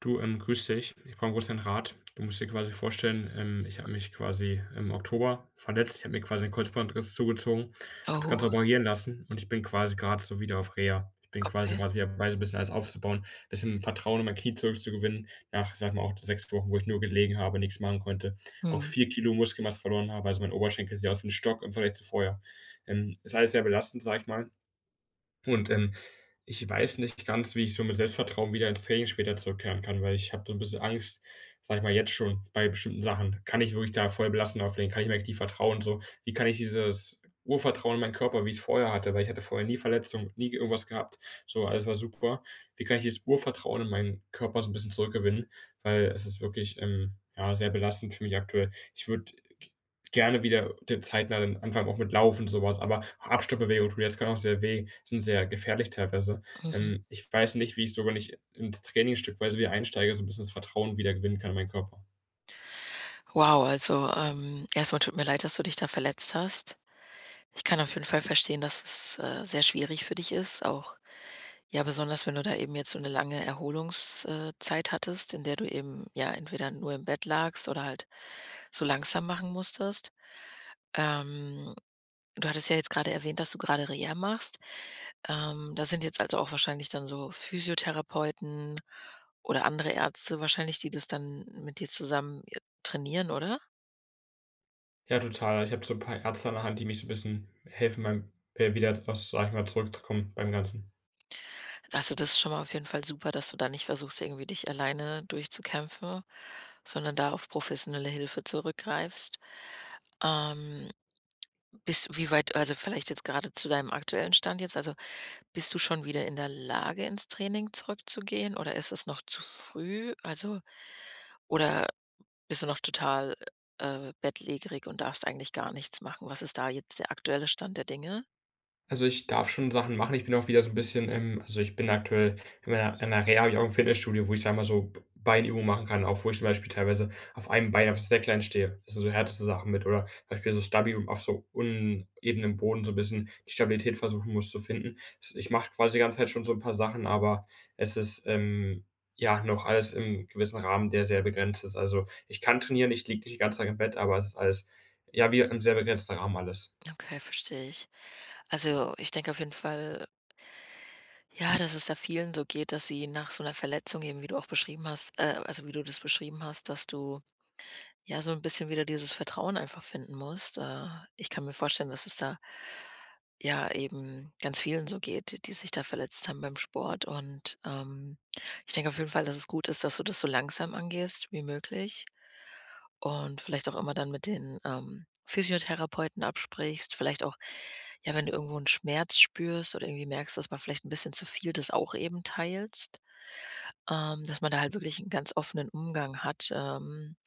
Du, grüß dich. Ich brauche 'n bisschen Rat. Du musst dir quasi vorstellen, ich habe mich quasi im Oktober verletzt. Ich habe mir quasi einen Kreuzbandriss zugezogen, habe es ganz Oh, operieren lassen und ich bin quasi gerade so wieder auf Reha. Ich bin quasi okay. gerade wieder dabei, so ein bisschen alles aufzubauen, ein bisschen Vertrauen in mein Knie zurückzugewinnen nach, sag mal, auch 6 Wochen, wo ich nur gelegen habe, nichts machen konnte, auch Mhm, 4 kg Muskelmasse verloren habe. Also, mein Oberschenkel sieht aus wie ein Stock im Vergleich zu vorher. Ist alles sehr belastend, sag ich mal. Und, ich weiß nicht ganz, wie ich so mit Selbstvertrauen wieder ins Training später zurückkehren kann, weil ich habe so ein bisschen Angst, sage ich mal, jetzt schon bei bestimmten Sachen. Kann ich wirklich da voll belassen auflegen? Kann ich mir eigentlich vertrauen so? Wie kann ich dieses Urvertrauen in meinen Körper, wie ich es vorher hatte, weil ich hatte vorher nie Verletzungen, nie irgendwas gehabt. So, alles war super. Wie kann ich dieses Urvertrauen in meinen Körper so ein bisschen zurückgewinnen? Weil es ist wirklich, ja, sehr belastend für mich aktuell. Ich würde gerne wieder den zeitnah den Anfang auch mit Laufen und sowas, aber Abstoppbewegungen tun, das kann auch sehr weh, sind sehr gefährlich teilweise. mhm. Ich weiß nicht, wie ich so, wenn ich ins Training stückweise wieder einsteige, so ein bisschen das Vertrauen wieder gewinnen kann in meinen Körper. Wow, also, erst tut mir leid, dass du dich da verletzt hast. Ich kann auf jeden Fall verstehen, dass es, sehr schwierig für dich ist, auch ja, besonders wenn du da eben jetzt so eine lange Erholungszeit hattest, in der du eben, ja, entweder nur im Bett lagst oder halt so langsam machen musstest. Ähm Du hattest ja jetzt gerade erwähnt, dass du gerade Reha machst. Da sind jetzt also auch wahrscheinlich dann so Physiotherapeuten oder andere Ärzte wahrscheinlich, die das dann mit dir zusammen, trainieren, oder? Ja, total. Ich habe so ein paar Ärzte an der Hand, die mich so ein bisschen helfen beim wieder aus, sag ich mal, zurückzukommen beim Ganzen. Also, das ist schon mal auf jeden Fall super, dass du da nicht versuchst, irgendwie dich alleine durchzukämpfen, sondern da auf professionelle Hilfe zurückgreifst. Ähm, Bis wie weit also, vielleicht jetzt gerade zu deinem aktuellen Stand jetzt, also, bist du schon wieder in der Lage, ins Training zurückzugehen oder ist es noch zu früh? Also, oder bist du noch total, bettlägerig und darfst eigentlich gar nichts machen. Was ist da jetzt der aktuelle Stand der Dinge? Also, ich darf schon Sachen machen. Ich bin auch wieder so ein bisschen also, ich bin aktuell in meiner in 'ner Reha habe ich auch ein Fitnessstudio, wo ich, sag mal, so B Beinübungen machen kann, auch wo ich zum Beispiel teilweise auf einem Bein auf das Slackline stehe. Das sind so härteste Sachen mit oder zum Beispiel so stabil auf so unebenem Boden so ein bisschen die Stabilität versuchen muss zu finden. S Ich mache quasi die ganze Zeit schon so ein paar Sachen, aber es ist, ja, noch alles im gewissen Rahmen, der sehr begrenzt ist. Also, ich kann trainieren, ich liege nicht den ganzen Tag im Bett, aber es ist alles, ja, wie im sehr begrenzten Rahmen alles. Okay, verstehe ich. Also, ich denke auf jeden Fall, ja, dass es da vielen so geht, dass sie nach so einer Verletzung eben, wie du auch beschrieben hast also, wie du das beschrieben hast, dass du, ja, so ein bisschen wieder dieses Vertrauen einfach finden musst. Ich kann mir vorstellen, dass es da, ja, eben ganz vielen so geht, die sich da verletzt haben beim Sport und, ich denke auf jeden Fall, dass es gut ist, dass du das so langsam angehst wie möglich. Und vielleicht auch immer dann mit den, Physiotherapeuten absprichst, vielleicht auch, ja, wenn du irgendwo einen Schmerz spürst oder irgendwie merkst, dass man vielleicht ein bisschen zu viel, das auch eben teilst, dass man da halt wirklich einen ganz offenen Umgang hat,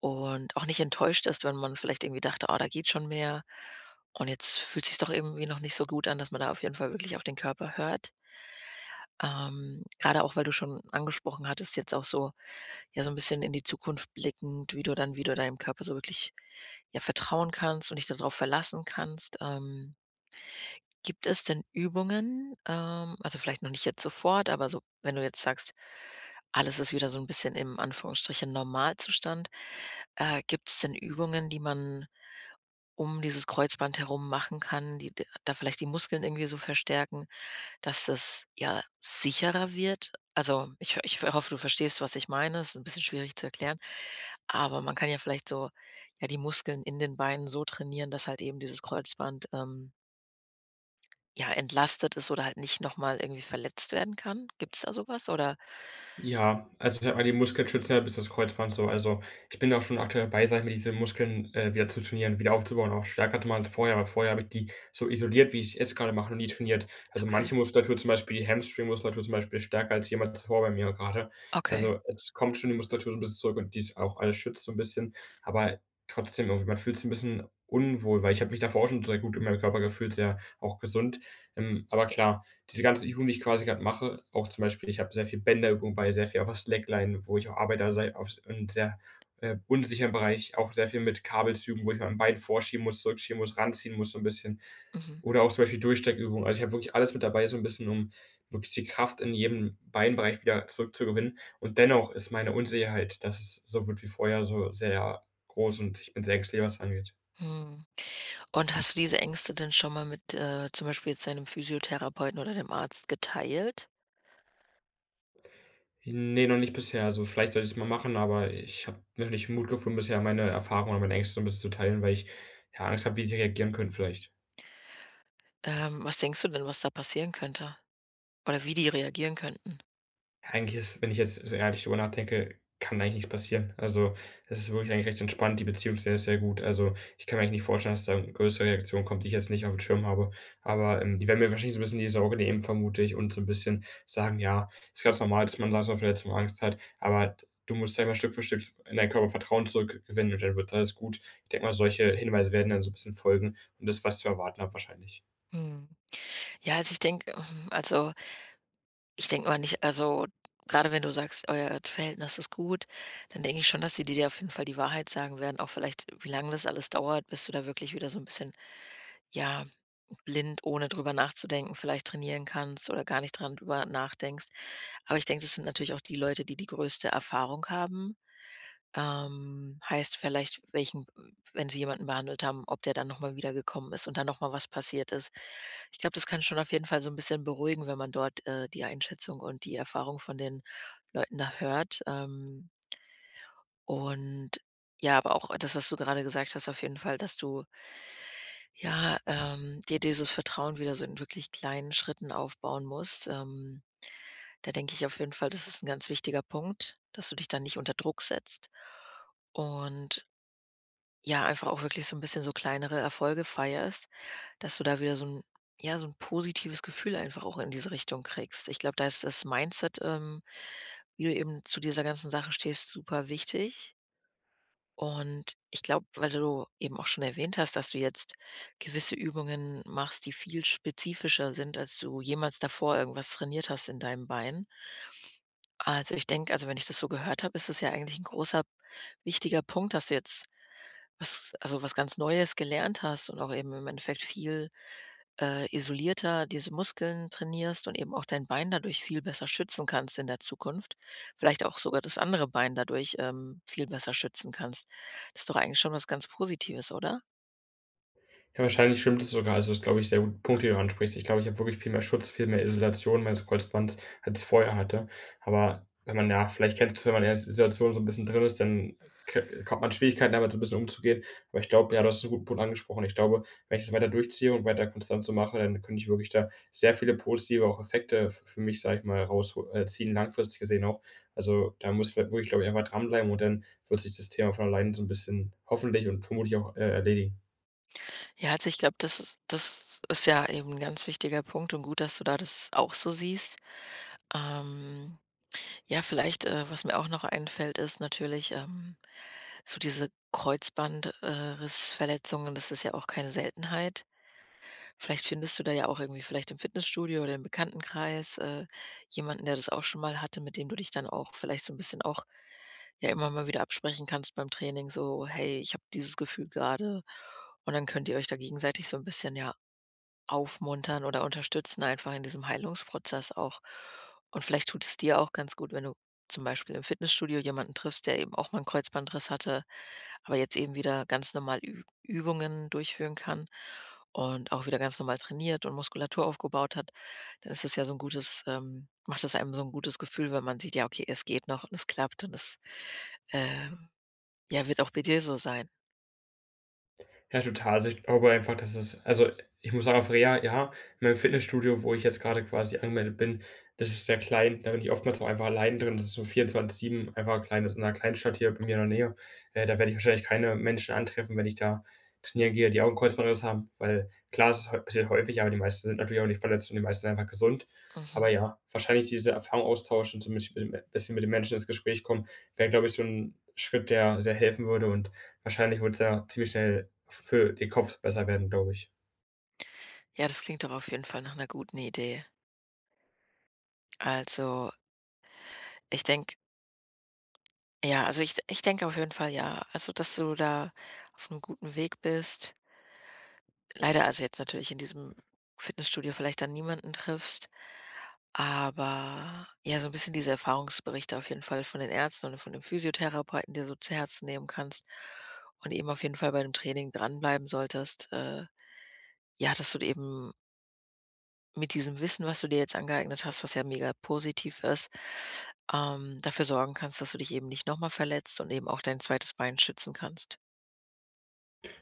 und auch nicht enttäuscht ist, wenn man vielleicht irgendwie dachte: "Oh, da geht schon mehr und jetzt fühlt sich's doch irgendwie noch nicht so gut an", dass man da auf jeden Fall wirklich auf den Körper hört. Grade auch, weil du schon angesprochen hattest, jetzt auch so ja, so ein bisschen in die Zukunft blickend, wie du dann wie du deinem Körper so wirklich, ja, vertrauen kannst und dich darauf verlassen kannst. Gibt es denn Übungen, also, vielleicht noch nicht jetzt sofort, aber so, wenn du jetzt sagst, alles ist wieder so ein bisschen im Anführungsstrichen Normalzustand, gibt es denn Übungen, die man um dieses Kreuzband herum machen kann, die d da vielleicht die Muskeln irgendwie so verstärken? Dass es ja sicherer wird. Also, ich hoffe, du verstehst, was ich meine. Es ist ein bisschen schwierig zu erklären, aber man kann ja vielleicht so, ja, die Muskeln in den Beinen so trainieren, dass halt eben dieses Kreuzband, ja, entlastet ist oder halt nicht noch mal irgendwie verletzt werden kann. Gibt's da so was oder? Ja, also ich habe mal, die Muskeln schützen ja bis das Kreuzband so. Also, ich bin auch schon aktuell dabei, sage ich mal, diese Muskeln, wieder zu trainieren, wieder aufzubauen, auch stärker zu machen als vorher, weil vorher habe ich die so isoliert, wie ich es jetzt gerade mache, noch nie trainiert. Also, Okay, manche Muskulatur, zum Beispiel die Hamstring-Muskulatur zum Beispiel, ist stärker als jemals zuvor bei mir gerade. okay. Also, es kommt schon die Muskulatur so 'n bisschen zurück und die ist auch alles schützt so ein bisschen, aber trotzdem irgendwie, man fühlt sich ein bisschen unwohl, weil ich habe mich davor auch schon sehr gut in meinem Körper gefühlt, sehr auch gesund. Aber klar, diese ganzen Übungen, die ich quasi gerade mache, auch zum Beispiel ich habe sehr viel Bänderübung bei, sehr viel auf der Slackline, wo ich auch arbeite, sei auf in sehr, unsicheren Bereich, auch sehr viel mit Kabelzügen, wo ich mein Bein vorschieben muss, zurückschieben muss, ranziehen muss so ein bisschen. Mhm. Oder auch zum Beispiel Durchsteckübungen. Also, ich habe wirklich alles mit dabei so ein bisschen, um wirklich die Kraft in jedem Beinbereich wieder zurückzugewinnen. Und dennoch ist meine Unsicherheit, dass es so wird wie vorher, so sehr groß und ich bin sehr ängstlich, was angeht. Mhm. Und hast du diese Ängste denn schon mal mit, zum Beispiel jetzt deinem Physiotherapeuten oder dem Arzt geteilt? Ne, noch nicht bisher. Also, vielleicht sollte ich's mal machen, aber ich habe noch nicht den Mut gefunden, bisher meine Erfahrungen und meine Ängste so 'n bisschen zu teilen, weil ich, ja, Angst habe, wie die reagieren können vielleicht. Was denkst du denn, was da passieren könnte? Oder wie die reagieren könnten? Eigentlich ist, wenn ich jetzt so ehrlich drüber nachdenke, kann eigentlich nichts passieren. Also, das ist wirklich eigentlich recht entspannt. Die Beziehung ist sehr, sehr gut. Also, ich kann mir eigentlich nicht vorstellen, dass da eine größere Reaktion kommt, die ich jetzt nicht auf dem Schirm habe. Aber, die werden mir wahrscheinlich so ein bisschen die Sorge nehmen, vermute ich, und so ein bisschen sagen: „Ja, ist ganz normal, dass man da so 'ne Verletzung Angst hat, aber du musst selber Stück für Stück in deinen Körper Vertrauen zurückgewinnen und dann wird alles gut.“ Ich denke mal, solche Hinweise werden dann so ein bisschen folgen und das, was ich zu erwarten habe wahrscheinlich. Mhm. Ja, also ich denke, also ich denke mal nicht also, gerade wenn du sagst, euer Verhältnis ist gut, dann denke ich schon, dass die dir auf jeden Fall die Wahrheit sagen werden, auch vielleicht, wie lange das alles dauert, bis du da wirklich wieder so ein bisschen, ja, blind, ohne drüber nachzudenken, vielleicht trainieren kannst oder gar nicht dran drüber nachdenkst. Aber ich denke, das sind natürlich auch die Leute, die die größte Erfahrung haben heißt vielleicht, welchen wenn sie jemanden behandelt haben, ob der dann noch mal wiedergekommen ist und dann noch mal was passiert ist. Ich glaube, das kann schon auf jeden Fall so ein bisschen beruhigen, wenn man dort, die Einschätzung und die Erfahrung von den Leuten da hört. Und ja, aber auch das, was du gerade gesagt hast, auf jeden Fall, dass du, ja, dir dieses Vertrauen wieder so in wirklich kleinen Schritten aufbauen musst. Da denke ich auf jeden Fall, das ist ein ganz wichtiger Punkt, dass du dich dann nicht unter Druck setzt und ja, einfach auch wirklich so ein bisschen so kleinere Erfolge feierst, dass du da wieder so ein ja, so ein positives Gefühl einfach auch in diese Richtung kriegst. Ich glaube, da ist das Mindset, wie du eben zu dieser ganzen Sache stehst, super wichtig. Und ich glaube, weil du eben auch schon erwähnt hast, dass du jetzt gewisse Übungen machst, die viel spezifischer sind, als du jemals davor irgendwas trainiert hast in deinem Bein. Also, ich denke also, wenn ich das so gehört habe, ist es ja eigentlich ein großer, wichtiger Punkt, dass du jetzt was also, was ganz Neues gelernt hast und auch eben im Endeffekt viel, isolierter diese Muskeln trainierst und eben auch dein Bein dadurch viel besser schützen kannst in der Zukunft. Vielleicht auch sogar das andere Bein dadurch, viel besser schützen kannst. Das ist doch eigentlich schon was ganz Positives, oder? Ja, wahrscheinlich stimmt es sogar. Also, das ist, glaube ich, sehr gut Punkt, den du ansprichst. Ich glaube, ich habe wirklich viel mehr Schutz, viel mehr Isolation meines Kreuzbands, als ich vorher hatte. Aber wenn man ja, vielleicht kennst du's, wenn man in der Situation so ein bisschen drin ist, dann ke kommt man Schwierigkeiten, damit so ein bisschen umzugehen. Aber ich glaube, ja, du hast einen guten Punkt angesprochen. Ich glaube, wenn ich das weiter durchziehe und weiter konstant so mache, dann könnte ich wirklich da sehr viele positive auch Effekte f für mich, sage ich mal, rausho ziehen, langfristig gesehen auch. Also, da muss ich halt wirklich, glaube ich, einfach dranbleiben und dann wird sich das Thema von alleine so ein bisschen hoffentlich und vermutlich auch, erledigen. Ja, also, ich glaube, das ist ja eben ein ganz wichtiger Punkt und gut, dass du da das auch so siehst. Ähm Ja, vielleicht, was mir auch noch einfällt, ist natürlich, so diese Kreuzbandrissverletzungen. Das ist ja auch keine Seltenheit. Vielleicht findest du da ja auch irgendwie vielleicht im Fitnessstudio oder im Bekanntenkreis jemanden, der das auch schon mal hatte, mit dem du dich dann auch vielleicht so ein bisschen auch ja immer mal wieder absprechen kannst beim Training, so: „Hey, ich habe dieses Gefühl gerade" und dann könnt ihr euch da gegenseitig so ein bisschen, ja, aufmuntern oder unterstützen einfach in diesem Heilungsprozess auch. Und vielleicht tut es dir auch ganz gut, wenn du zum Beispiel im Fitnessstudio jemanden triffst, der eben auch mal 'n Kreuzbandriss hatte, aber jetzt eben wieder ganz normal Ü Übungen durchführen kann und auch wieder ganz normal trainiert und Muskulatur aufgebaut hat. Dann ist es ja so ein gutes macht es einem so ein gutes Gefühl, wenn man sieht: „Ja, okay, es geht noch und es klappt und es, äh, ja, wird auch bei dir so sein." Ja, total. Also, ich glaube einfach, dass es also, ich muss sagen, auf Reha, ja, in meinem Fitnessstudio, wo ich jetzt gerade quasi angemeldet bin, das ist sehr klein. Da bin ich oftmals auch einfach allein drin. Das ist so 24/7 einfach klein das ist in 'ner Kleinstadt hier bei mir in der Nähe. Da werde ich wahrscheinlich keine Menschen antreffen, wenn ich da trainieren gehe, die auch 'n Kreuzbandriss haben, weil klar, es ist häu passiert häufig, aber die meisten sind natürlich auch nicht verletzt und die meisten sind einfach gesund. Aber Mhm. ja, wahrscheinlich diese Erfahrung austauschen, so mit bisschen mit den Menschen ins Gespräch kommen, wäre, glaube ich, so ein Schritt, der sehr helfen würde und wahrscheinlich würde es ja ziemlich schnell für den Kopf besser werden, glaube ich. Ja, das klingt doch auf jeden Fall nach einer guten Idee. Also, ich denke, ja, also ich denke auf jeden Fall ja. Also, dass du da auf einem guten Weg bist. Leider also jetzt natürlich in diesem Fitnessstudio vielleicht dann niemanden triffst, aber ja, so ein bisschen diese Erfahrungsberichte auf jeden Fall von den Ärzten und von dem Physiotherapeuten dir so zu Herzen nehmen kannst und eben auf jeden Fall bei dem Training dranbleiben solltest. Ja, dass du eben mit diesem Wissen, was du dir jetzt angeeignet hast, was ja mega positiv ist, dafür sorgen kannst, dass du dich eben nicht noch mal verletzt und eben auch dein zweites Bein schützen kannst.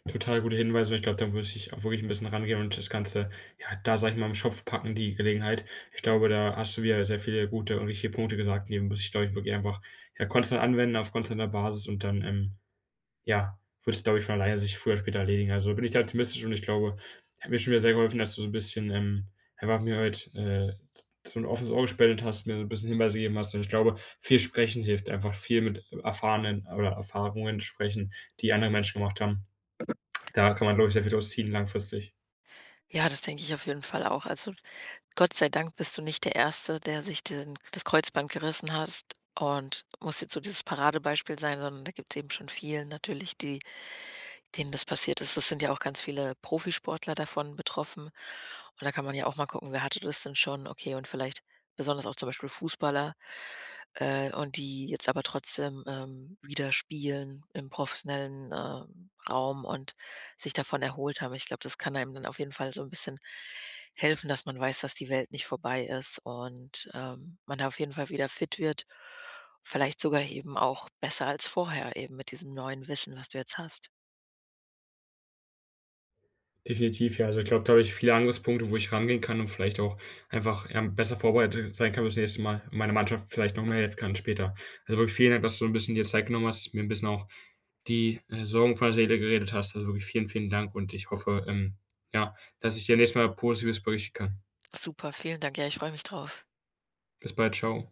Total gute Hinweise. Ich glaube, da muss ich auch wirklich ein bisschen rangehen und das Ganze, ja, da sage ich mal, im Schopf packen, die Gelegenheit. Ich glaube, da hast du wieder sehr viele gute und richtige Punkte gesagt, die muss ich, glaube ich, wirklich einfach, ja, konstant anwenden auf konstanter Basis und dann, ja, wird es, glaube ich, von alleine sich früher oder später erledigen. Also bin ich da optimistisch und ich glaube, hat mir schon wieder sehr geholfen, dass du so ein bisschen, einfach mir heute, so ein offenes Ohr gespendet hast, mir so ein bisschen Hinweise gegeben hast. Und ich glaube, viel sprechen hilft einfach, viel mit erfahrenen oder Erfahrungen sprechen, die andere Menschen gemacht haben. Da kann man, glaube ich, sehr viel draus ziehen langfristig. Ja, das denke ich auf jeden Fall auch. Also Gott sei Dank bist du nicht der Erste, der sich den, das Kreuzband gerissen hast und muss jetzt so dieses Paradebeispiel sein, sondern da gibt es eben schon vielen natürlich, die denen das passiert ist. Es sind ja auch ganz viele Profisportler davon betroffen. Und da kann man ja auch mal gucken, wer hatte das denn schon? Okay, und vielleicht besonders auch zum Beispiel Fußballer, und die jetzt aber trotzdem, wieder spielen im professionellen, Raum und sich davon erholt haben. Ich glaube, das kann einem dann auf jeden Fall so ein bisschen helfen, dass man weiß, dass die Welt nicht vorbei ist und, man da auf jeden Fall wieder fit wird. Vielleicht sogar eben auch besser als vorher eben mit diesem neuen Wissen, was du jetzt hast. Definitiv, ja. Also, ich glaube, da habe ich viele Angriffspunkte, wo ich rangehen kann und vielleicht auch einfach, ja, besser vorbereitet sein kann fürs nächste Mal und meiner Mannschaft vielleicht noch mehr helfen kann später. Also, wirklich vielen Dank, dass du ein bisschen dir Zeit genommen hast, mir ein bisschen auch die, Sorgen von der Seele geredet hast. Also, wirklich vielen, vielen Dank und ich hoffe, ja, dass ich dir nächstes Mal Positives berichten kann. Super, vielen Dank. Ja, ich freue mich drauf. Bis bald, ciao.